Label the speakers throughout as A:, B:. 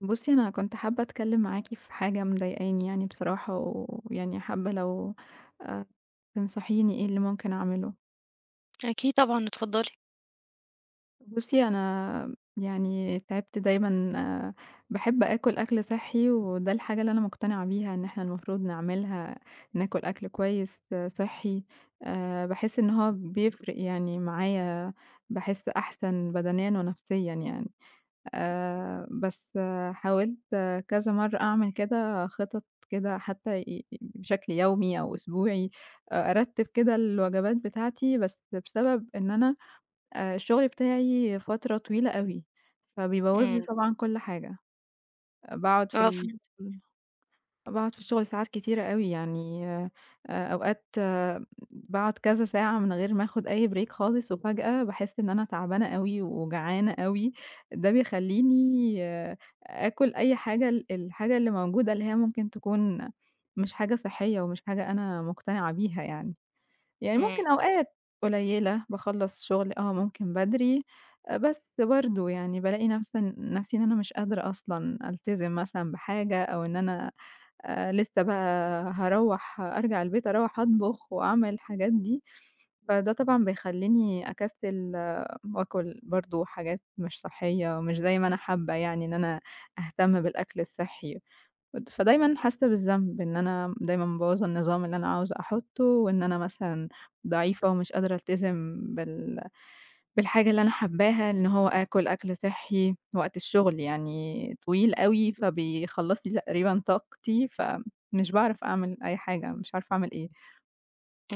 A: بُصّي، أنا كنت حابة أتكلّم معاكِ في حاجة مضايقاني يعني بصراحة، ويعني حابة لو آآ تنصحيني إيه اللي ممكن أعمله.
B: أكيد طبعًا، اتفضلي.
A: بُصّي، أنا يعني تعبت دايمًا آه، باحب آكُل أكل صحّي، وده الحاجة اللي أنا مقتنعة بيها إن إحنا المفروض نعملها، ناكل أكل كويس آه، صحّي. باحس إن هو بيفرق يعني معايا، باحس أحسن بدنيًا ونفسيًا يعني. بس آه، حاولت آه، كذا مرّة أعمل كده خطط كده حتّى بشكل يومي أو أسبوعي، أرتّب كده الوجبات بتاعتي، بس بسبب إن أنا الشغل بتاعي فترة طويلة أوي، فبيبوّظ لي
B: إمم،
A: طبعًا كل حاجة. باقعد في ال
B: فهمت.
A: باقعد في الشغل ساعات كتيرة أوي، يعني أوقات باقعد كذا ساعة من غير ما آخُد أي break خالص، وفجأة باحس إن أنا تعبانة أوي وجعانة أوي، ده بيخلّيني آه، آكُل أي حاجة الحاجة اللي موجودة اللي هي ممكن تكون مش حاجة صحّية ومش حاجة أنا مقتنعة بيها يعني. يعني
B: إمم،
A: ممكن أوقات قليّلة باخلّص شغل آه ممكن بدري. بس برضه يعني بالاقي نفسي إن أنا مش قادرة أصلًا ألتزم مثلًا بحاجة أو إن أنا لسه بقى أرجع البيت أطبخ وأعمل الحاجات دي، فده طبعًا بيخلّيني أكسّل آه، وآكل برضه حاجات مش صحّية، مش زي ما أنا حابة يعني إن أنا أهتم بالأكل الصحّي، ود فدايمًا حاسة بالذنب إن أنا دايمًا مبوّظة النظام اللي أنا عاوزة أحُطّه، وإن أنا مثلًا ضعيفة ومش قادرة ألتزم بالحاجة اللي أنا حاباها، إن هو آكل أكل صحّي، وقت الشغل يعني طويل أوي، فبيخلّص لي تقريبًا طاقتي، فمش باعرف أعمل أي حاجة، مش عارفة أعمل إيه.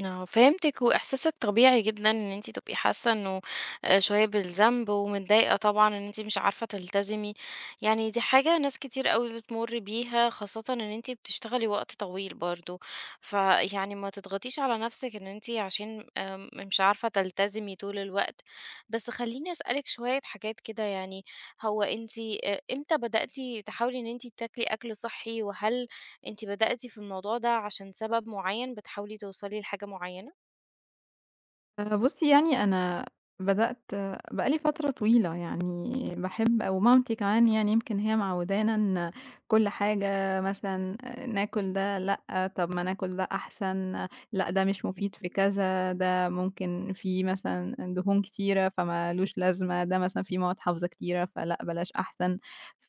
B: آه فهمتِك، وإحساسِك طبيعي جدًا إن أنتِ تبقي حاسة إنه شوية بالذنب ومتضايقة طبعًا إن أنتِ مش عارفة تلتزمي، يعني دي حاجة ناس كتير أوي بتمُر بيها، خاصةً إن أنتِ بتشتغلي وقت طويل برضه، فيعني ما تضغطيش على نفسِك إن أنتِ عشان مش عارفة تلتزمي طول الوقت. بس خلّيني أسألِك شوية حاجات كده يعني، هو أنتِ إمتى بدأتِ تحاولي إن أنتِ تاكلي أكل صحّي، وهل أنتِ بدأتِ في الموضوع ده عشان سبب معيّن، بتحاولي توصلي لحاجة معيّنة؟
A: بُصّي يعني أنا بدأت بقى لي فترة طويلة يعني باحب أو مامتي كمان يعني يمكن هي معوّدانا إن كل حاجة مثلًا آه، ناكل ده لأ، طب ما ناكل ده أحسن، آه، لأ ده مش مفيد في كذا، ده ممكن فيه مثلًا دهون كتيرة فما لوش لازمة، ده مثلًا فيه مواد حافظة كتيرة فلأ بلاش أحسن،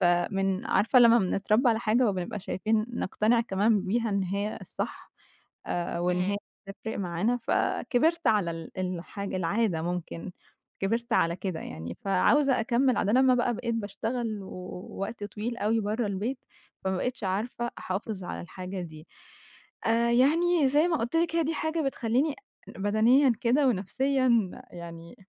A: فمن عارفة لمّا بنتربى على حاجة وبنبقى شايفين نقتنع كمان بيها إن هي الصح؟ وإن
B: إمم،
A: هي تفرق معانا، فكبرت على الحاجة العادة ممكن، كبرت على كده يعني، فعاوزة أكمّل عاد أنا لمّا بقى بقيت باشتغل ووقت طويل أوي برّه البيت، فما بقيتش عارفة أحافظ على الحاجة دي. يعني زي ما قُلت لِك هي دي حاجة بتخلّيني بدنيًا كده ونفسيًا يعني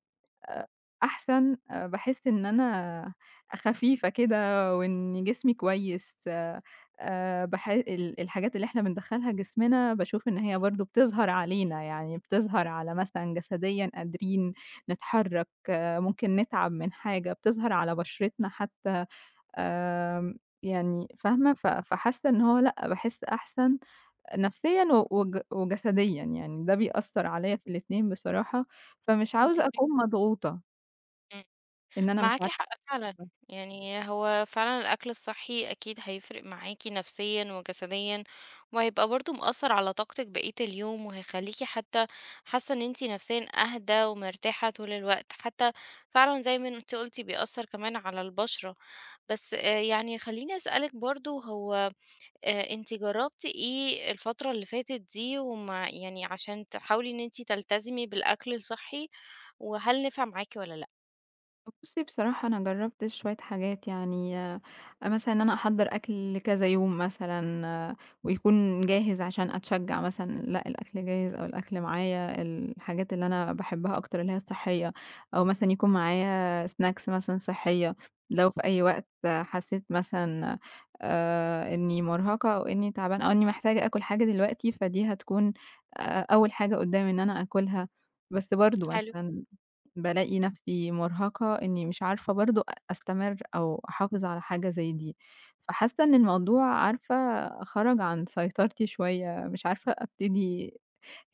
A: أحسن. باحس إن أنا خفيفة كده وإن جسمي كويس. باح ال الحاجات اللي إحنا بندخّلها جسمنا باشوف إن هي برضه بتظهر علينا، يعني بتظهر على مثلًا جسديًا قادرين نتحرّك، آه، ممكن نتعب من حاجة، بتظهر على بشرتنا حتى. يعني فاهمة؟ ف فحاسة إن هو لأ، باحس أحسن نفسيًا و وجسديًا، يعني ده بيأثّر عليّا في الاتنين بصراحة، فمش
B: أنتِ
A: عاوزة
B: معاكِ
A: أكون مضغوطة.
B: إمم،
A: إن أنا مش
B: معاكِ حق
A: عارفة.
B: فعلًا، يعني هو فعلًا الأكل الصحي أكيد هيفرق معاكِ نفسيًا وجسديًا، وهيبقى برضه مأثّر على طاقتِك بقية اليوم، وهيخلّيكِ حتى حاسة إن أنتِ نفسيًا أهدى ومرتاحة طول الوقت، حتى فعلًا زي ما أنتِ قُلتِ بيأثّر كمان على البشرة، بس يعني خلّيني أسألِك برضه هو أنتِ جرّبتِ إيه الفترة اللي فاتت دي ومع يعني عشان تحاولي إن أنتِ تلتزمي بالأكل الصحّي، وهل نفع معاكِ والّا
A: بُصّي بصراحة أنا جرّبت شوية حاجات يعني مثلًا إن أنا أحضّر أكل لكذا يوم مثلًا آه، ويكون جاهز عشان أتشجّع مثلًا لأ، الأكل جاهز أو الأكل معايا الحاجات اللي أنا باحبها أكتر اللي هي الصحّية، أو مثلًا يكون معايا snacks مثلًا صحّية، لو في أي وقت حسّيت مثلًا إنّي مرهقة أو إنّي تعبانة أو إنّي محتاجة آكل حاجة دلوقتي، فدي هتكون أول حاجة قُدّامي إن أنا آكلها، بس برضه
B: لأ؟
A: مثلًا بالاقي نفسي مرهقة إني مش عارفة برضه أستمر أو أحافظ على حاجة زي دي، فحاسة إن الموضوع عارفة خرج عن سيطرتي شوية، مش عارفة أبتدي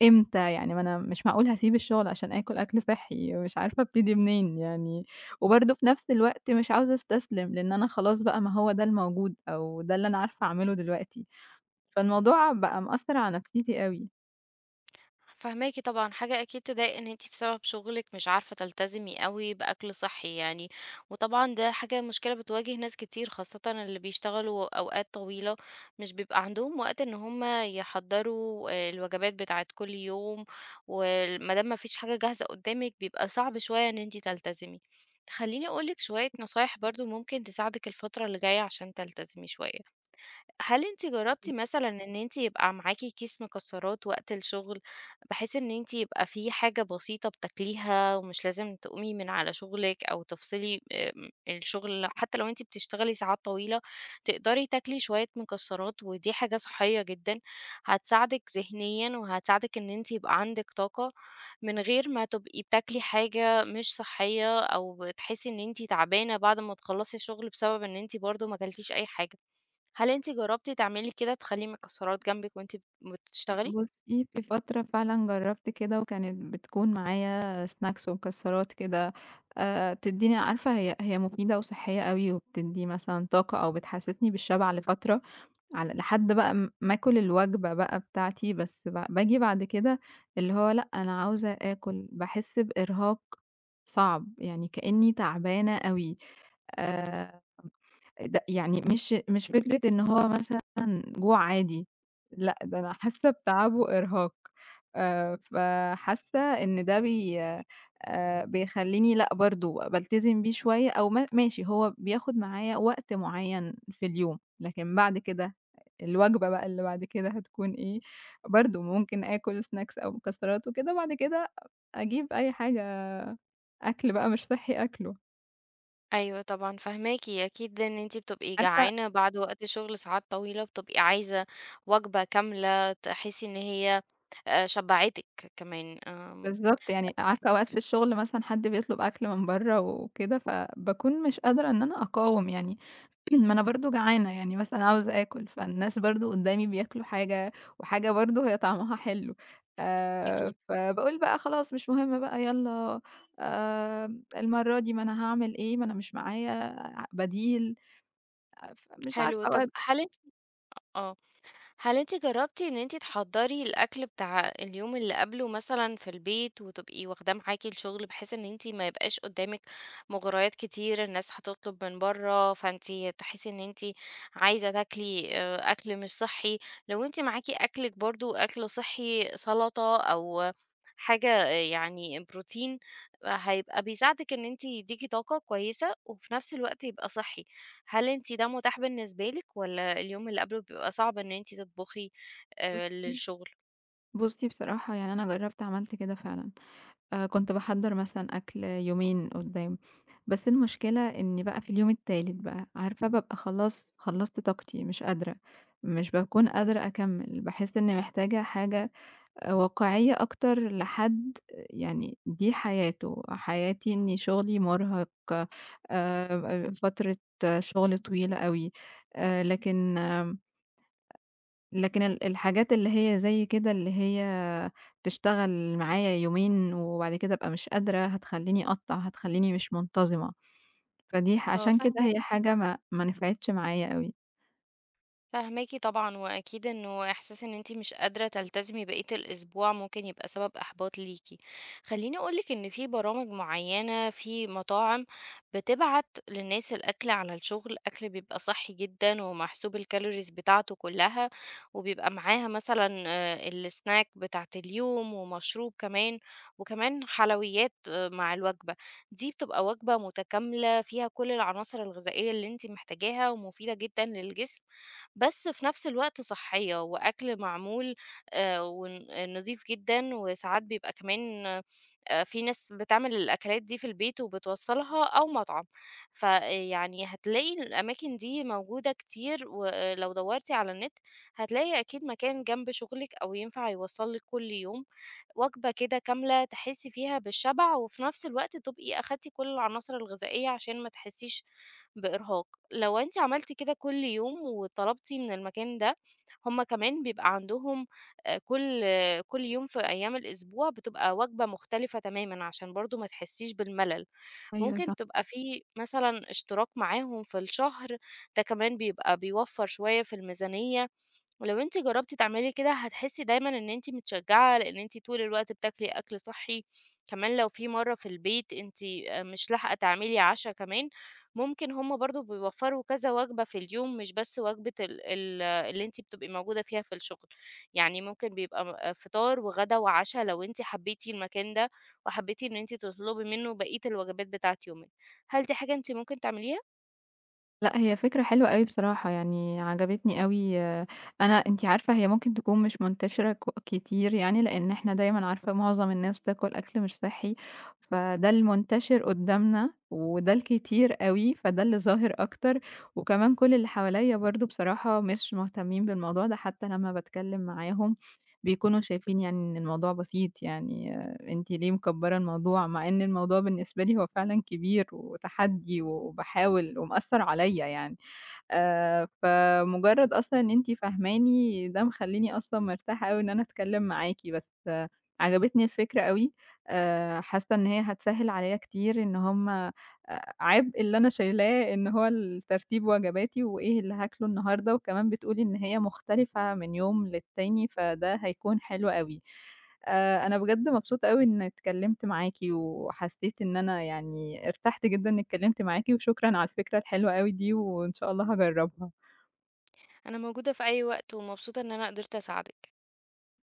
A: إمتى، يعني ما أنا مش معقول هاسيب الشغل عشان آكل أكل صحّي، مش عارفة أبتدي منين يعني، وبرضه في نفس الوقت مش عاوزة أستسلم، لإن أنا خلاص بقى ما هو ده الموجود أو ده اللي أنا عارفة أعمله دلوقتي، فالموضوع بقى مأثّر على نفسيتي أوي.
B: فهماكِ طبعًا، حاجة أكيد تضايق إن أنتِ بسبب شغلِك مش عارفة تلتزمي أوي بأكل صحّي يعني، وطبعًا ده حاجة مشكلة بتواجه ناس كتير خاصةً اللي بيشتغلوا أوقات طويلة، مش بيبقى عندهم وقت إن هُم يحضّروا الوجبات بتاعة كل يوم، ما دام ما فيش حاجة جاهزة قدّامِك بيبقى صعب شوية إن أنتِ تلتزمي. خلّيني أقول لِك شوية نصايح برضه ممكن تساعدِك الفترة اللي جاية عشان تلتزمي شوية. هل أنتِ جرّبتِ مثلًا إن أنتِ يبقى معاكِ كيس مكسرات وقت الشغل، بحيث إن أنتِ يبقى في حاجة بسيطة بتاكليها ومش لازم تقومي من على شغلِك أو تفصلي الشغل حتى لو أنتِ بتشتغلي ساعات طويلة، تقدري تاكلي شوية مكسرات ودي حاجة صحّية جدًا، هتساعدِك ذهنيًا وهتساعدِك إن أنتِ يبقى عندِك طاقة، من غير ما تبقي بتاكلي حاجة مش صحّية أو تحسّي إن أنتِ تعبانة بعد ما تخلّصي الشغل بسبب إن أنتِ برضه ما كلتيش أي حاجة. هل أنتِ جرّبتِ تعملي كده تخلّي مكسرات جنبِك وأنتِ بتشتغلي؟
A: بُصّي، في فترة فعلًا جرّبت كده وكانت بتكون معايا snacks ومكسّرات كده. تدّيني عارفة هي مفيدة وصحّية أوي وبتدّي مثلًا طاقة أو بتحسّسني بالشبع لفترة على لحد بقى ما آكُل الوجبة بقى بتاعتي، بس باجي بعد كده اللي هو لأ، أنا عاوزة آكُل، باحس بإرهاق صعب، يعني كإنّي تعبانة أوي. آآ ده يعني مش فكرة إن هو مثلًا جوع عادي، لأ، ده أنا حاسة بتعب وإرهاق. فحاسة إن ده بي بيخلّيني لأ، برضه بالتزم بيه شوية أو ما ماشي هو بياخد معايا وقت معيّن في اليوم، لكن بعد كده الوجبة بقى اللي بعد كده هتكون إيه، برضه ممكن آكل snacks أو مكسرات وكده، بعد كده أجيب أي حاجة أكل بقى مش صحّي آكله،
B: أيوه طبعًا فاهماكِ، أكيد إن أنتِ بتبقي
A: عارفة.
B: جعانة بعد وقت شغل ساعات طويلة، بتبقي عايزة وجبة كاملة تحسي إن هي شبعتِك كمان، آمم،
A: بالضبط، يعني عارفة أوقات في الشغل مثلًا حد بيطلب أكل من برّه وكده، فباكون مش قادرة إن أنا أقاوم يعني ما أنا برضه جعانة، يعني مثلًا عاوزة آكل، فالناس برضه قدّامي بياكلوا حاجة وحاجة برضه هي طعمها حلو.
B: أكيد.
A: فباقول بقى خلاص مش مهم بقى يالّا. المرّة دي ما أنا هاعمل إيه، ما أنا مش معايا بديل، فمش عارفة
B: حلو طب
A: أوقات.
B: هل أنتِ آه. هل أنتِ جرّبتِ إن أنتِ تحضّري الأكل بتاع اليوم اللي قبله مثلًا في البيت وتبقي واخداه معاكِ الشغل، بحيث إن أنتِ ما يبقاش قدّامِك مغريات كتير، الناس هتطلب من برّه، فأنتِ تحسي إن أنتِ عايزة تاكلي أكل مش صحّي، لو أنتِ معاكِ أكلِك برضه أكل صحّي سَلطة أو حاجة آه، يعني بروتين، آه، هيبقى بيساعدِك إن أنتِ يدّيكِ طاقة كويسة وفي نفس الوقت يبقى صحّي. هل أنتِ ده متاح بالنسبة لِك والّا اليوم اللي قبله بيبقى صعب إن أنتِ تطبخي
A: بُصّي
B: للشغل؟
A: بُصّي بصراحة يعني أنا جرّبت عملت كده فعلًا. كنت باحضّر مثلًا أكل يومين قدّام، بس المشكلة إني بقى في اليوم التالت بقى، عارفة بابقى خلاص خلّصت طاقتي مش قادرة، مش باكون قادرة أكمّل، باحس إني محتاجة حاجة واقعية أكتر لحد يعني دي حياته، حياتي إني شغلي مرهق. فترة شغل طويلة أوي. آآ لكن لكن الحاجات اللي هي زي كده، اللي هي تشتغل معايا يومين وبعد كده أبقى مش قادرة، هتخلّيني أقطّع، هتخلّيني مش منتظمة، فدي ح
B: آه،
A: عشان كده هي
B: فاهماكِ.
A: حاجة ما نفعتش معايا أوي.
B: فاهماكِ طبعًا، وأكيد إنه إحساس إن أنتِ مش قادرة تلتزمي بقية الأسبوع ممكن يبقى سبب إحباط ليكِ. خلّيني أقول لِك إن في برامج معيّنة، في مطاعم بتبعت للناس الأكل على الشغل، أكل بيبقى صحّي جدًا ومحسوب الcalories بتاعته كلّها، وبيبقى معاها مثلًا الsnack بتاعة اليوم ومشروب كمان، وكمان حلويات آه، مع الوجبة. دي بتبقى وجبة متكاملة فيها كل العناصر الغذائية اللي أنتِ محتاجاها ومفيدة جدًا للجسم. بس في نفس الوقت صحية وأكل معمول آه، نضيف جدا وساعات بيبقى كمان آه، في ناس بتعمل الأكلات دي في البيت وبتوصلها أو مطعم فيعني هتلاقي الأماكن دي موجودة كتير ولو دورتي على النت هتلاقي أكيد مكان جنب شغلك أو ينفع يوصلك كل يوم وجبة كده كاملة تحسي فيها بالشبع وفي نفس الوقت تبقي أخدتي كل العناصر الغذائية عشان ما تحسيش بإرهاق لو أنتِ عملتِ كده كل يوم وطلبتِ من المكان ده، هُم كمان بيبقى عندهم كل آه، كل يوم في أيام الأسبوع بتبقى وجبة مختلفة تمامًا عشان برضه ما تحسّيش بالملل،
A: أيوه،
B: ممكن تبقى في مثلًا اشتراك معاهم في الشهر، ده كمان بيبقى بيوفّر شوية في الميزانية. ولو أنتِ جربتِ تعملي كده هتحسي دايمًا إن أنتِ متشجعة، لإن أنتِ طول الوقت بتاكلي أكل صحي، كمان لو في مرة في البيت أنتِ مش لاحقة تعملي عشا كمان، ممكن هُم برضه بيوفّروا كذا وجبة في اليوم، مش بس وجبة ال ال اللي أنتِ بتبقي موجودة فيها في الشغل، يعني ممكن بيبقى آه، فطار وغدا وعشا لو أنتِ حبيتِ المكان ده، وحبيتِ إن أنتِ تطلبي منه بقية الوجبات بتاعة يومِك. هل دي حاجة أنتِ ممكن تعمليها؟
A: لأ، هي فكرة حلوة أوي بصراحة، يعني عجبتني أوي. آه، أنا أنتِ عارفة هي ممكن تكون مش منتشرة كتير يعني، لإن إحنا دايمًا عارفة معظم الناس بتاكل أكل مش صحّي، فده المنتشر قدّامنا وده الكتير أوي، فده اللي ظاهر أكتر. وكمان كل اللي حواليّا برضه بصراحة مش مهتمين بالموضوع ده، حتى لمّا باتكلم معاهم بيكونوا شايفين يعني إن الموضوع بسيط يعني. أنتِ ليه مكبّرة الموضوع، مع إن الموضوع بالنسبة لي هو فعلًا كبير وتحدي وباحاول ومأثّر عليَّ يعني. فمجرّد أصلًا إن أنتِ فاهماني ده مخلّيني أصلًا مرتاحة أوي إن أنا أتكلّم معاكِ، بس آه، عجبتني الفكرة أوي. حاسة إن هي هتسهّل عليَّ كتير إن هم عبء اللي أنا شايلاه إن هو الترتيب وجباتي وإيه اللي هاكله النهارده، وكمان بتقولي إن هي مختلفة من يوم للتاني، فده هيكون حلو أوي. أنا بجد مبسوطة أوي إني اتكلّمت معاكِ، وحسّيت إن أنا يعني ارتحت جدًا إني اتكلّمت معاكِ، وشكرًا على الفكرة الحلوة أوي دي، وإن شاء الله هاجرّبها.
B: أنا موجودة في أي وقت، ومبسوطة إن أنا قدرت أساعدِك.